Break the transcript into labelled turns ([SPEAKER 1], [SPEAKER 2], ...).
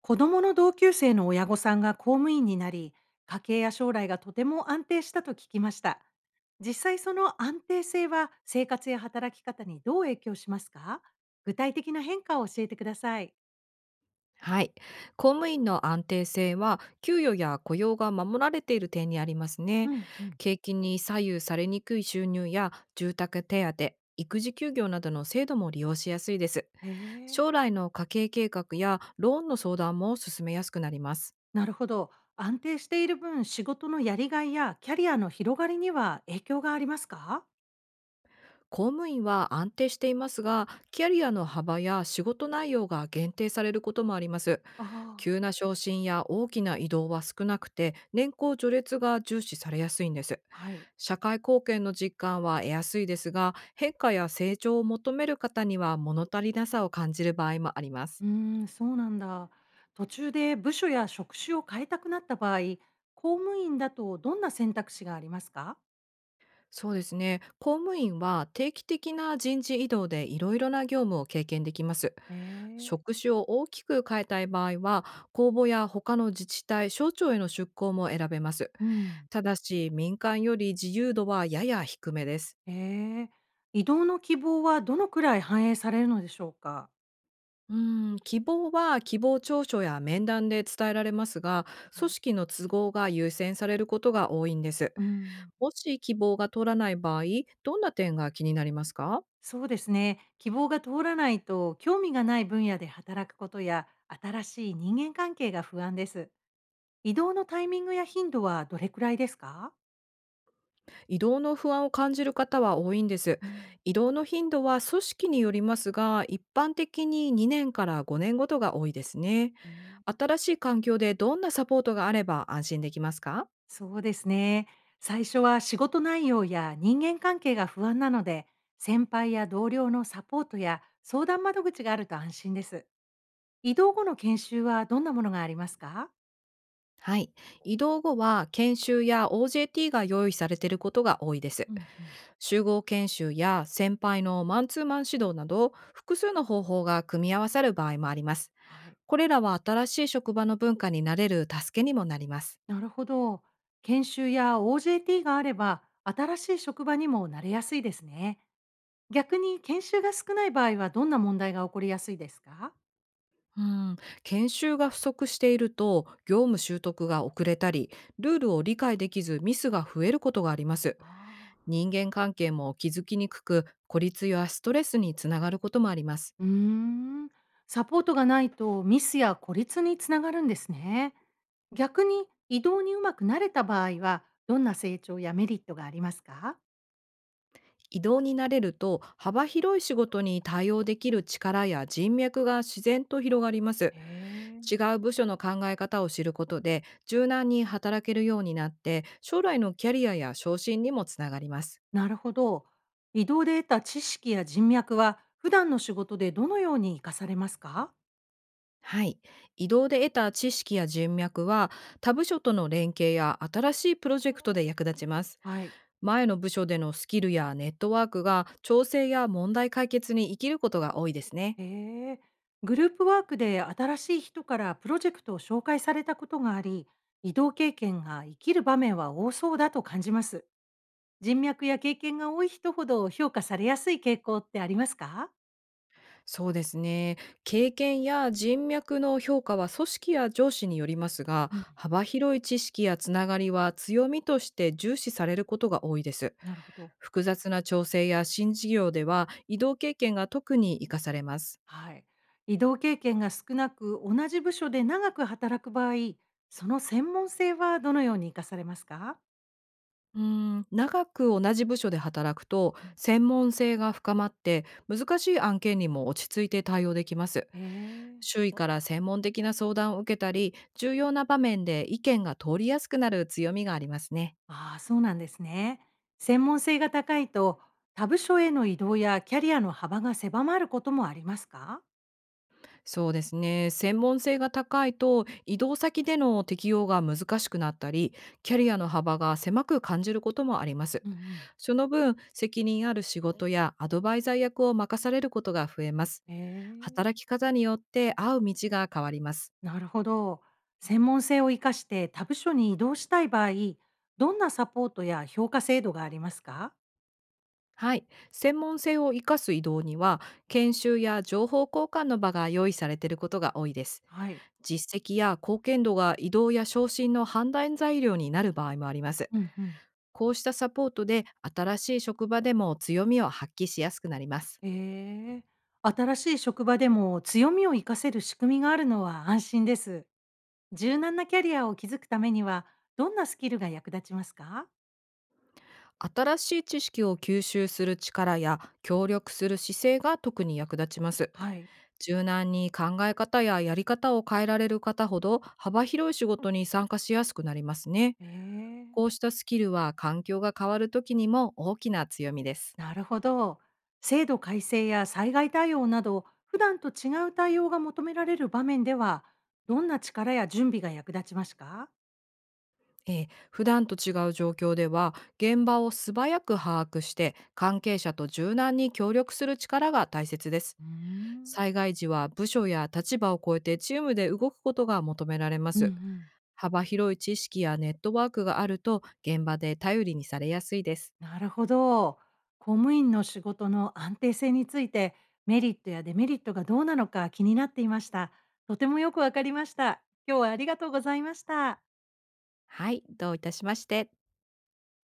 [SPEAKER 1] 子供の同級生の親御さんが公務員になり、家計や将来がとても安定したと聞きました。実際その安定性は生活や働き方にどう影響しますか？具体的な変化を教えてください。
[SPEAKER 2] はい。公務員の安定性は、給与や雇用が守られている点にあります
[SPEAKER 1] う
[SPEAKER 2] ね。
[SPEAKER 1] んうん。
[SPEAKER 2] 景気に左右されにくい収入や住宅手当、育児休業などの制度も利用しやすいです。
[SPEAKER 1] へえ。
[SPEAKER 2] 将来の家計計画やローンの相談も進めやすくなります。
[SPEAKER 1] なるほど。安定している分、仕事のやりがいやキャリアの広がりには影響がありますか？
[SPEAKER 2] 公務員は安定していますが、キャリアの幅や仕事内容が限定されることもあります。
[SPEAKER 1] ああ、
[SPEAKER 2] 急な昇進や大きな移動は少なくて、年功序列が重視されやすいんです。
[SPEAKER 1] はい。
[SPEAKER 2] 社会貢献の実感は得やすいですが、変化や成長を求める方には物足りなさを感じる場合もありま
[SPEAKER 1] う
[SPEAKER 2] す。
[SPEAKER 1] ーそうなんだ。途中で部署や職種を変えたくなった場合、公務員だとどんな選択肢がありますか？
[SPEAKER 2] そうですね。公務員は定期的な人事異動でいろいろな業務を経験できます。
[SPEAKER 1] ええ。
[SPEAKER 2] 職種を大きく変えたい場合は公募や他の自治体省庁への出向も選べます。
[SPEAKER 1] うん。
[SPEAKER 2] ただし民間より自由度はやや低めです。
[SPEAKER 1] ええ。移動の希望はどのくらい反映されるのでしょうか？
[SPEAKER 2] うん希望は希望調書や面談で伝えられますが、
[SPEAKER 1] は
[SPEAKER 2] 組
[SPEAKER 1] い。
[SPEAKER 2] 織の都合が優先されることが多いんです。
[SPEAKER 1] うん。
[SPEAKER 2] もし希望が通らない場合、どんな点が気になりますか？
[SPEAKER 1] そうですね。希望が通らないと、興味がない分野で働くことや、新しい人間関係が不安です。移動のタイミングや頻度はどれくらいですか？
[SPEAKER 2] 移動の不安を感じる方は多いんです。
[SPEAKER 1] うん。
[SPEAKER 2] 移動の頻度は組織によりますが、一般的に2年から5年ごとが多いですね。
[SPEAKER 1] ええ。
[SPEAKER 2] 新しい環境でどんなサポートがあれば安心できますか？
[SPEAKER 1] そうですね。最初は仕事内容や人間関係が不安なので、先輩や同僚のサポートや相談窓口があると安心です。移動後の研修はどんなものがありますか？
[SPEAKER 2] はい。移動後は研修や OJT が用意されていることが多いです。
[SPEAKER 1] うんうん。
[SPEAKER 2] 集合研修や先輩のマンツーマン指導など複数の方法が組み合わさる場合もあります。
[SPEAKER 1] はい。
[SPEAKER 2] これらは新しい職場の文化になれる助けにもなります。
[SPEAKER 1] なるほど。研修や OJT があれば、新しい職場にも慣れやすいですね。逆に研修が少ない場合はどんな問題が起こりやすいですか？
[SPEAKER 2] うん、研修が不足していると業務習得が遅れたり、ルールを理解できずミスが増えることがあります。
[SPEAKER 1] ああ。
[SPEAKER 2] 人間関係も気づきにくく、孤立やストレスにつながることもあります。
[SPEAKER 1] うーん、サポートがないとミスや孤立につながるんですね。逆に移動にうまくなれた場合は、どんな成長やメリットがありますか？
[SPEAKER 2] 移動に慣れると幅広い仕事に対応できる力や人脈が自然と広がります。
[SPEAKER 1] へ
[SPEAKER 2] 違
[SPEAKER 1] え。
[SPEAKER 2] う部署の考え方を知ることで柔軟に働けるようになって、将来のキャリアや昇進にもつながります。
[SPEAKER 1] なるほど。移動で得た知識や人脈は、普段の仕事でどのように活かされますか？
[SPEAKER 2] はい。移動で得た知識や人脈は、他部署との連携や新しいプロジェクトで役立ちます。
[SPEAKER 1] はい。
[SPEAKER 2] 前の部署でのスキルやネットワークが調整や問題解決に生きることが多いですね。
[SPEAKER 1] へえ。グループワークで新しい人からプロジェクトを紹介されたことがあり、移動経験が生きる場面は多そうだと感じます。人脈や経験が多い人ほど評価されやすい傾向ってありますか？
[SPEAKER 2] そうですね。経験や人脈の評価は組織や上司によりますが、
[SPEAKER 1] うん、
[SPEAKER 2] 幅広い知識やつながりは強みとして重視されることが多いです。
[SPEAKER 1] なるほど。
[SPEAKER 2] 複雑な調整や新事業では移動経験が特に活かされます。
[SPEAKER 1] はい。移動経験が少なく、同じ部署で長く働く場合、その専門性はどのように活かされますか？
[SPEAKER 2] うー長く同じ部署で働くと
[SPEAKER 1] うん。
[SPEAKER 2] 専門性が深まって、難しい案件にも落ち着いて対応できます。
[SPEAKER 1] ええ。
[SPEAKER 2] 周囲から専門的な相談を受けたり、重要な場面で意見が通りやすくなる強みがありますね。
[SPEAKER 1] ああ、そうなんですね。専門性が高いと、他部署への移動やキャリアの幅が狭まることもありますか？
[SPEAKER 2] そうですね。専門性が高いと移動先での適用が難しくなったり、キャリアの幅が狭く感じることもあります。
[SPEAKER 1] うんうん。
[SPEAKER 2] その分責任ある仕事やアドバイザー役を任されることが増えます。
[SPEAKER 1] ええ。
[SPEAKER 2] 働き方によって合う道が変わります。
[SPEAKER 1] なるほど。専門性を生かして他部署に移動したい場合、どんなサポートや評価制度がありますか？
[SPEAKER 2] はい、専門性を生かす移動には研修や情報交換の場が用意されていることが多いです。
[SPEAKER 1] はい。
[SPEAKER 2] 実績や貢献度が移動や昇進の判断材料になる場合もあります。
[SPEAKER 1] うんうん。
[SPEAKER 2] こうしたサポートで新しい職場でも強みを発揮しやすくなります。
[SPEAKER 1] ええ。新しい職場でも強みを生かせる仕組みがあるのは安心です。柔軟なキャリアを築くためには、どんなスキルが役立ちますか？
[SPEAKER 2] 新しい知識を吸収する力や協力する姿勢が特に役立ちます。
[SPEAKER 1] はい。
[SPEAKER 2] 柔軟に考え方ややり方を変えられる方ほど幅広い仕事に参加しやすくなりますね。
[SPEAKER 1] え
[SPEAKER 2] こう
[SPEAKER 1] え。
[SPEAKER 2] したスキルは環境が変わる時にも大きな強みです。
[SPEAKER 1] なるほど。制度改正や災害対応など、普段と違う対応が求められる場面では、どんな力や準備が役立ちますか？
[SPEAKER 2] 普段と違う状況では現場を素早く把握して関係者と柔軟に協力する力が大切です。
[SPEAKER 1] うーん。
[SPEAKER 2] 災害時は部署や立場を超えてチームで動くことが求められま
[SPEAKER 1] うんう
[SPEAKER 2] す。
[SPEAKER 1] ん。
[SPEAKER 2] 幅広い知識やネットワークがあると現場で頼りにされやすいです。
[SPEAKER 1] なるほど。公務員の仕事の安定性について、メリットやデメリットがどうなのか気になっていました。とてもよくわかりました。今日はありがとうございました。
[SPEAKER 2] はい、どういたしまして。